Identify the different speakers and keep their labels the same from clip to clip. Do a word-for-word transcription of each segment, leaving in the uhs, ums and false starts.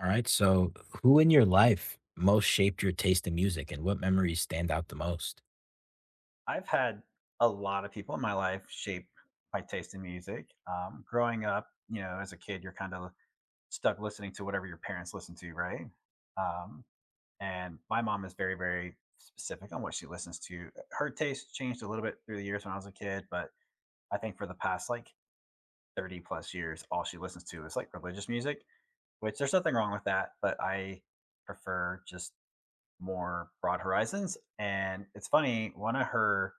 Speaker 1: All right. So, who in your life most shaped your taste in music and what memories stand out the most?
Speaker 2: I've had a lot of people in my life shape my taste in music. Um, growing up, you know, as a kid, you're kind of stuck listening to whatever your parents listen to, right? Um, and my mom is very, very specific on what she listens to. Her taste changed a little bit through the years when I was a kid, but I think for the past like thirty plus years, all she listens to is like religious music, which there's nothing wrong with that, but I prefer just more broad horizons. And it's funny, one of her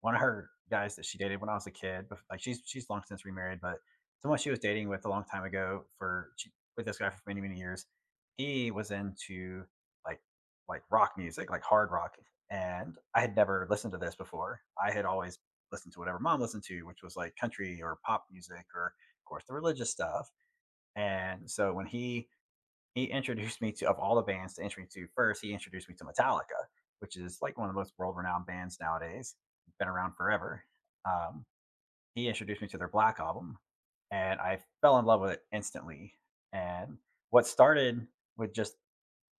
Speaker 2: one of her guys that she dated when I was a kid, bef- like she's she's long since remarried, but someone she was dating with a long time ago for she, with this guy for many many years, he was into like like rock music, like hard rock, and I had never listened to this before. I had always listened to whatever mom listened to, which was like country or pop music or of course the religious stuff. And so when he he introduced me to of all the bands to introduce me to first, he introduced me to Metallica, which is like one of the most world-renowned bands nowadays. Been around forever. Um, he introduced me to their Black album, and I fell in love with it instantly. And what started with just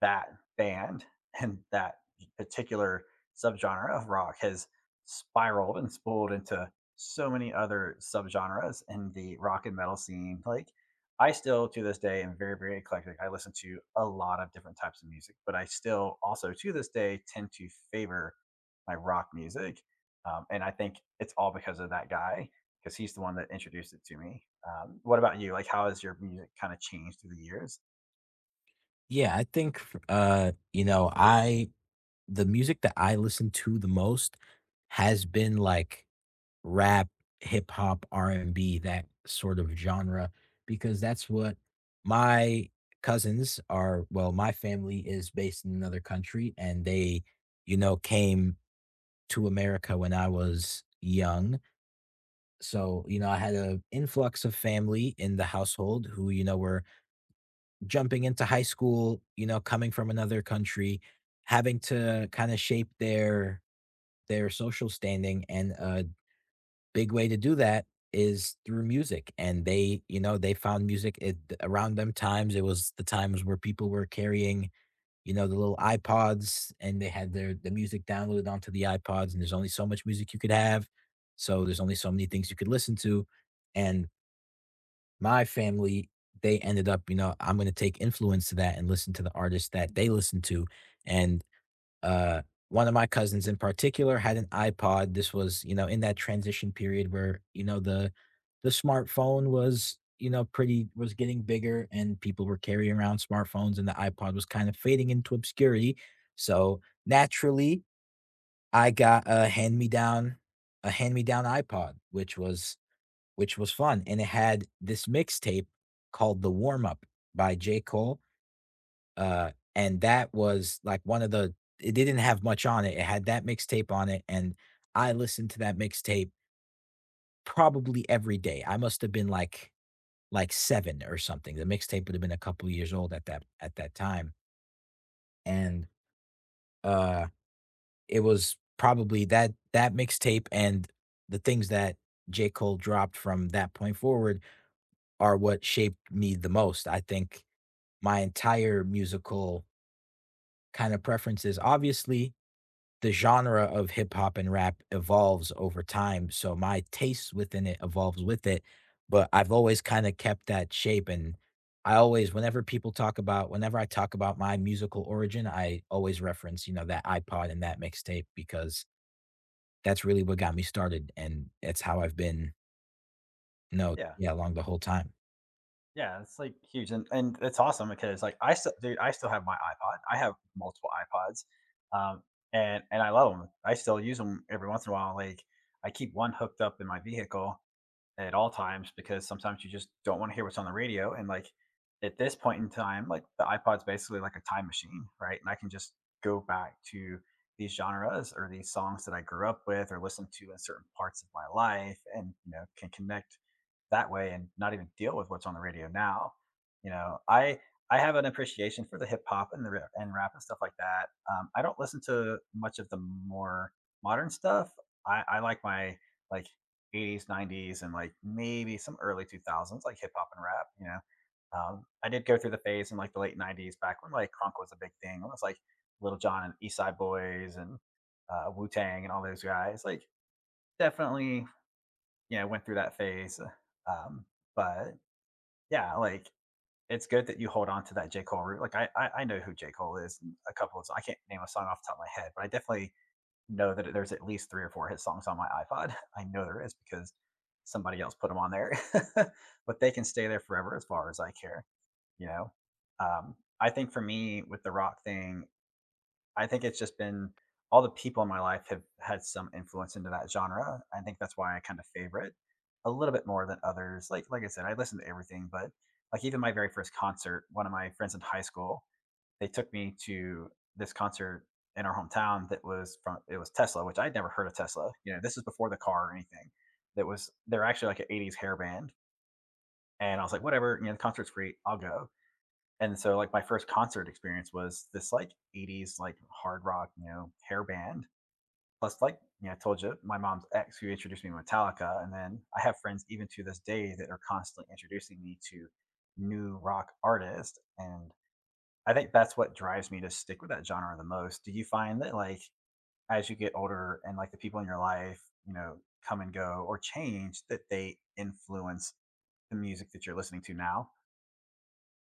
Speaker 2: that band and that particular subgenre of rock has spiraled and spooled into so many other subgenres in the rock and metal scene. Like, I still to this day am very, very eclectic. I listen to a lot of different types of music, but I still also to this day tend to favor my rock music. Um, and I think it's all because of that guy, because he's the one that introduced it to me. Um, what about you? Like, how has your music kind of changed through the years?
Speaker 1: Yeah, I think f- uh, you know, I the music that I listen to the most has been like rap, hip hop, R and B, that sort of genre because that's what my cousins are, well, my family is based in another country and they, you know, came to America when I was young. So, you know, I had an influx of family in the household who, you know, were jumping into high school, you know, coming from another country, having to kind of shape their their social standing. And a big way to do that is through music. And they, you know, they found music it, around them times. It was the times where people were carrying, you know, the little iPods and they had their the music downloaded onto the iPods. And there's only so much music you could have. So there's only so many things you could listen to. And my family, they ended up, you know, I'm gonna take influence to that and listen to the artists that they listen to. And uh one of my cousins in particular had an iPod. This was, you know, in that transition period where, you know, the the smartphone was, you know, pretty was getting bigger and people were carrying around smartphones and the iPod was kind of fading into obscurity. So naturally, I got a hand me down, a hand me down iPod, which was which was fun, and it had this mixtape called The Warm Up by J. Cole, uh, and that was, like, one of the it didn't have much on it, it had that mixtape on it, and I listened to that mixtape probably every day. I must have been, like like, seven or something. The mixtape would've been a couple years old at that at that time, and, uh, it was probably that that mixtape and the things that J. Cole dropped from that point forward are what shaped me the most. I think my entire musical kind of preferences. Obviously, the genre of hip hop and rap evolves over time, so my taste within it evolves with it, but I've always kind of kept that shape and I always whenever people talk about whenever I talk about my musical origin, I always reference, you know, that iPod and that mixtape because that's really what got me started and it's how I've been, no,
Speaker 2: Yeah.
Speaker 1: yeah, along the whole time.
Speaker 2: Yeah, it's, like, huge, and and it's awesome because, like, I still dude, I still have my iPod. I have multiple iPods, um, and and I love them. I still use them every once in a while, like, I keep one hooked up in my vehicle, at all times because sometimes you just don't want to hear what's on the radio. And like at this point in time, like the iPod's basically like a time machine, right? And I can just go back to these genres or these songs that I grew up with or listened to in certain parts of my life and you know can connect that way and not even deal with what's on the radio now. You know, I I have an appreciation for the hip hop and the ra- and rap and stuff like that. Um, I don't listen to much of the more modern stuff. I, I like my like eighties, nineties, and like maybe some early two thousands, like hip hop and rap, you know. Um, I did go through the phase in like the late nineties, back when like crunk was a big thing. When it was like Little John and East Side Boys and uh, Wu Tang and all those guys. Like definitely, you know, went through that phase. Um, but yeah, like it's good that you hold on to that J Cole root. Like I, I, I know who J Cole is. And A couple of I can't name a song off the top of my head, but I definitely know that there's at least three or four of his songs on my iPod. I know there is because somebody else put them on there, but they can stay there forever as far as I care. You know, um, I think for me with the rock thing, I think it's just been all the people in my life have had some influence into that genre. I think that's why I kind of favor it a little bit more than others. Like like I said, I listen to everything, but like even my very first concert, one of my friends in high school they took me to this concert in our hometown that was from it was Tesla, which I'd never heard of Tesla. You know, this is before the car or anything. That was they're actually like an eighties hair band. And I was like, whatever, you know, the concert's free, I'll go. And so like my first concert experience was this like eighties like hard rock, you know, hair band. Plus like, you know, I told you my mom's ex who introduced me to Metallica. And then I have friends even to this day that are constantly introducing me to new rock artists and I think that's what drives me to stick with that genre the most. Do you find that like as you get older and like the people in your life, you know, come and go or change that they influence the music that you're listening to now?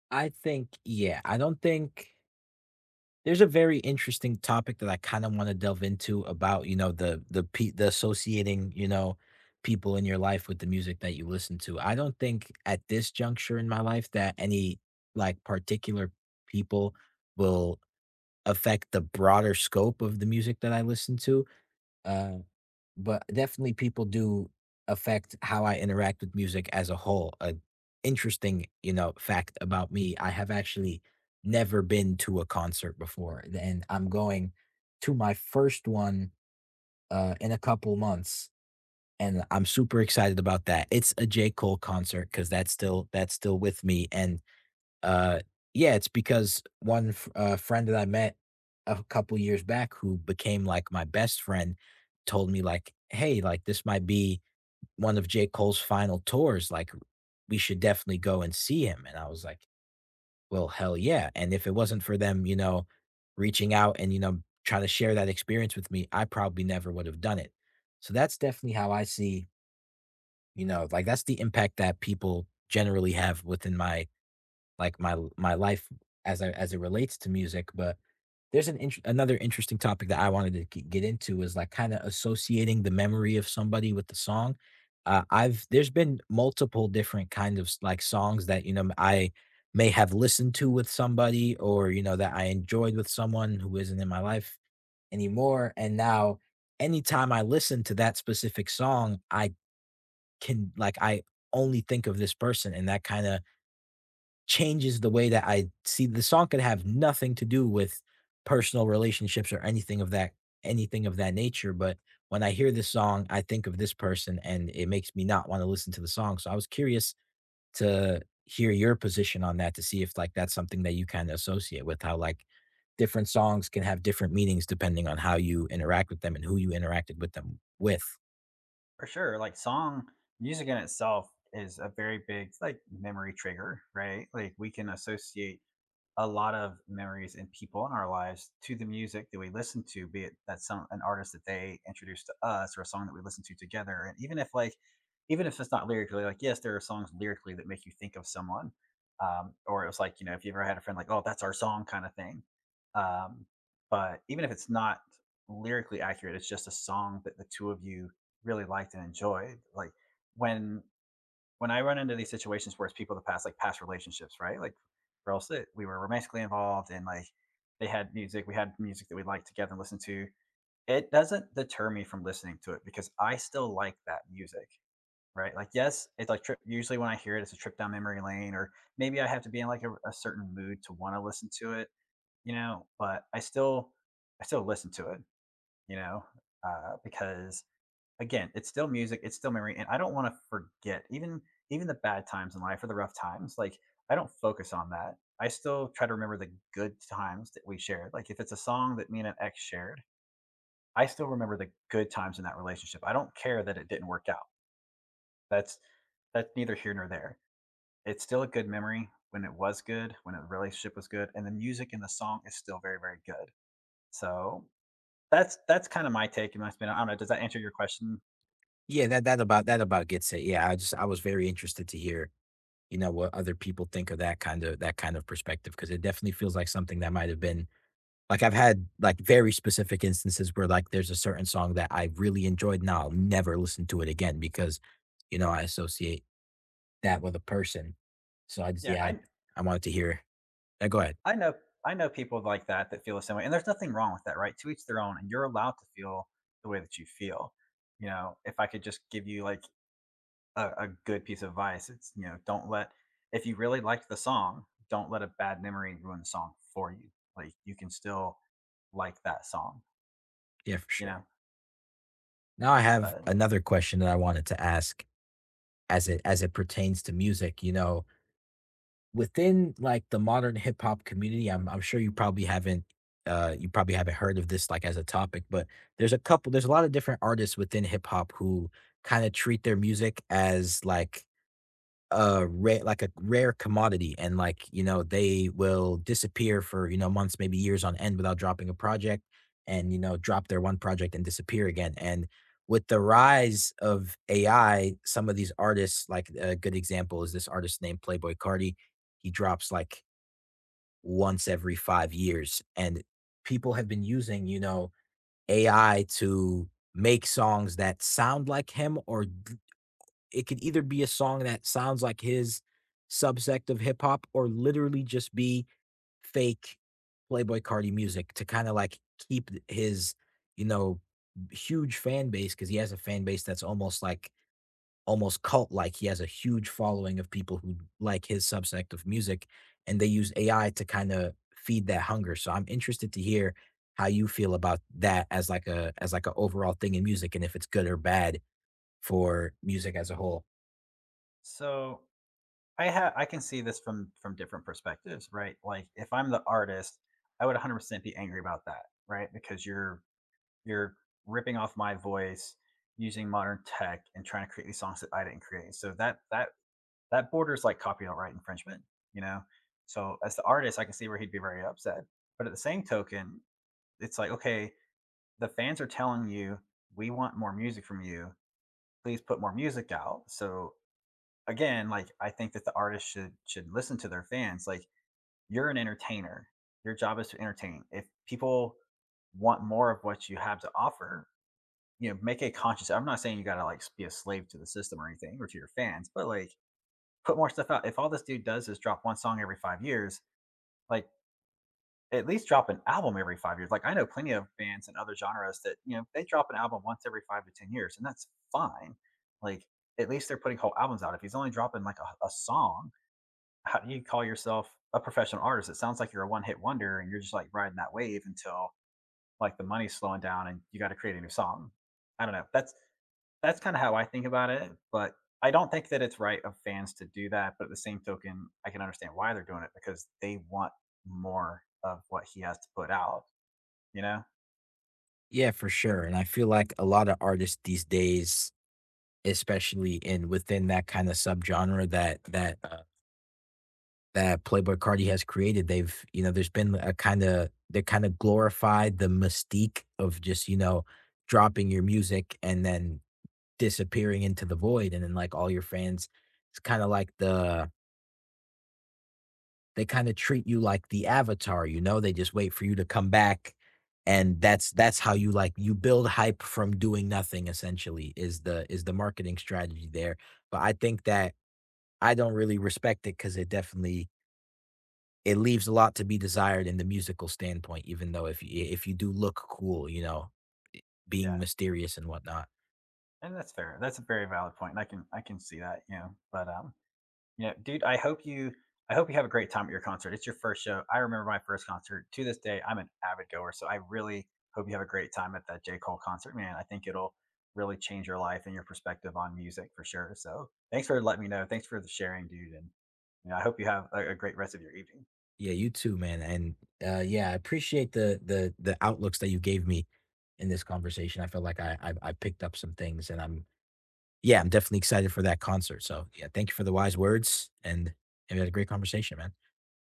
Speaker 1: I think yeah, I don't think there's a very interesting topic that I kinda wanna delve into about, you know, the the pe the associating, you know, people in your life with the music that you listen to. I don't think at this juncture in my life that any, like, particular people will affect the broader scope of the music that I listen to. Uh but definitely people do affect how I interact with music as a whole. An interesting, you know, fact about me, I have actually never been to a concert before, and I'm going to my first one uh, in a couple months, and I'm super excited about that. It's a J. Cole concert because that's still that's still with me, and uh, yeah, it's because one f uh, friend that I met a couple years back who became, like, my best friend told me, like, "Hey, like, this might be one of J. Cole's final tours, like, we should definitely go and see him," and I was like, "Well, hell yeah," and if it wasn't for them, you know, reaching out and, you know, trying to share that experience with me, I probably never would have done it. So that's definitely how I see, you know, like, that's the impact that people generally have within my like my my life as I as it relates to music, but there's an int- another interesting topic that I wanted to g- get into is like kind of associating the memory of somebody with the song. Uh, I've there's been multiple different kind of s- like songs that you know I may have listened to with somebody or you know that I enjoyed with someone who isn't in my life anymore, and now anytime I listen to that specific song, I can like I only think of this person, and that kind of changes the way that I see the song could have nothing to do with personal relationships or anything of that anything of that nature, but when I hear this song, I think of this person and it makes me not want to listen to the song. So I was curious to hear your position on that to see if like that's something that you kind of associate with how like different songs can have different meanings depending on how you interact with them and who you interacted with them with.
Speaker 2: For sure. Like song music in itself is a very big like memory trigger, right? Like we can associate a lot of memories and people in our lives to the music that we listen to, be it that's some an artist that they introduced to us or a song that we listen to together. And even if like, even if it's not lyrically, like yes, there are songs lyrically that make you think of someone. Um, or it was like, you know, if you ever had a friend like, oh, that's our song kind of thing. Um, but even if it's not lyrically accurate, it's just a song that the two of you really liked and enjoyed. Like when when I run into these situations where it's people that pass like past relationships, right? Like or else that we were romantically involved and like they had music, we had music that we liked together and listened to. It doesn't deter me from listening to it because I still like that music, right? Like yes, it's like trip usually when I hear it, it's a trip down memory lane, or maybe I have to be in like a, a certain mood to want to listen to it, you know, but I still I still listen to it, you know, uh, because again, it's still music, it's still memory, and I don't want to forget even even the bad times in life or the rough times. Like I don't focus on that. I still try to remember the good times that we shared. Like if it's a song that me and an ex shared, I still remember the good times in that relationship. I don't care that it didn't work out. That's that's neither here nor there. It's still a good memory when it was good, when the relationship was good, and the music and the song is still very, very good. So that's that's kind of my take and my spin. I don't know. Does that answer your question?
Speaker 1: Yeah, that that about that about gets it. Yeah, I just I was very interested to hear you know, what other people think of that kind of that kind of perspective because it definitely feels like something that might have been like, I've had, like, very specific instances where, like, there's a certain song that I really enjoyed, now I'll never listen to it again because, you know, I associate that with a person. So I just
Speaker 2: Yeah,
Speaker 1: yeah,
Speaker 2: I
Speaker 1: I I wanted to hear yeah, go ahead.
Speaker 2: I know I know people like that that feel the same way, and there's nothing wrong with that, right? To each their own, and you're allowed to feel the way that you feel. You know, if I could just give you like a, a good piece of advice, it's you know, don't let if you really liked the song, don't let a bad memory ruin the song for you. Like you can still like that song,
Speaker 1: Yeah, for
Speaker 2: you
Speaker 1: sure.
Speaker 2: know.
Speaker 1: Now I have
Speaker 2: But
Speaker 1: another question that I wanted to ask as it as it pertains to music, you know, within, like, the modern hip hop community, I'm I'm sure you probably haven't, uh, you probably haven't heard of this, like, as a topic, but there's a couple there's a lot of different artists within hip hop who kinda treat their music as, like a rare like a rare commodity and like you know they will disappear for you know months maybe years on end without dropping a project and you know drop their one project and disappear again and with the rise of ai some of these artists like a good example is this artist named playboy cardi. He drops like once every five years and people have been using you know ai to make songs that sound like him or it could either be a song that sounds like his subsect of hip hop or literally just be fake Playboi Carti music to kinda, like, keep his, you know, huge fan base because he has a fan base that's almost like almost cult-like. He has a huge following of people who like his subsect of music, and they use A I to kinda feed that hunger. So I'm interested to hear how you feel about that as, like, a as, like, an overall thing in music and if it's good or bad for music as a whole.
Speaker 2: so I have I can see this from from different perspectives, right? Like if I'm the artist, I would one hundred percent be angry about that, right? Because you're you're ripping off my voice using modern tech and trying to create these songs that I didn't create. So that that that borders like copyright infringement, you know. So as the artist, I can see where he'd be very upset. But at the same token, it's like okay, the fans are telling you we want more music from you. Please put more music out. So again, like I think that the artist should should listen to their fans. Like you're an entertainer. Your job is to entertain. If people want more of what you have to offer, you know, make a conscious. I'm not saying you gotta like be a slave to the system or anything or to your fans, but like put more stuff out. If all this dude does is drop one song every five years, like at least drop an album every five years. Like I know plenty of bands and other genres that you know they drop an album once every five to ten years, and that's fine. Like at least they're putting whole albums out. If he's only dropping like a, a song, how do you call yourself a professional artist? It sounds like you're a one hit wonder and you're just like riding that wave until like the money's slowing down and you got to create a new song. I don't know. That's That's kinda how I think about it, but I don't think that it's right of fans to do that, but at the same token, I can understand why they're doing it because they want more of what he has to put out, you know?
Speaker 1: Yeah, for sure, and I feel like a lot of artists these days, especially in within that kinda subgenre that that, uh, that Playboi Carti has created, they've you know, there's been a kinda they kinda glorified the mystique of just, you know, dropping your music and then disappearing into the void, and then, like, all your fans it's kinda like the they kinda treat you like the avatar, you know, they just wait for you to come back, and that's that's how you, like you build hype from doing nothing essentially is the is the marketing strategy there, but I think that I don't really respect it because it definitely it leaves a lot to be desired in the musical standpoint, even though if you if you do look cool, you know, being
Speaker 2: Yeah,
Speaker 1: mysterious and whatnot.
Speaker 2: and that's fair. That's a very valid point, and I can I can see that, you know, but, um yeah, dude, I hope you I hope you have a great time at your concert. It's your first show. I remember my first concert. To this day, I'm an avid goer, so I really hope you have a great time at that J. Cole concert, man. I think it'll really change your life and your perspective on music for sure. So, thanks for letting me know. Thanks for the sharing, dude, and you know, I hope you have a, a great rest of your evening.
Speaker 1: Yeah, you too, man, and, uh, yeah, I appreciate the the the outlooks that you gave me in this conversation. I feel like I I I picked up some things, and I'm yeah, I'm definitely excited for that concert. So, yeah, thank you for the wise words, and and we had a great conversation, man.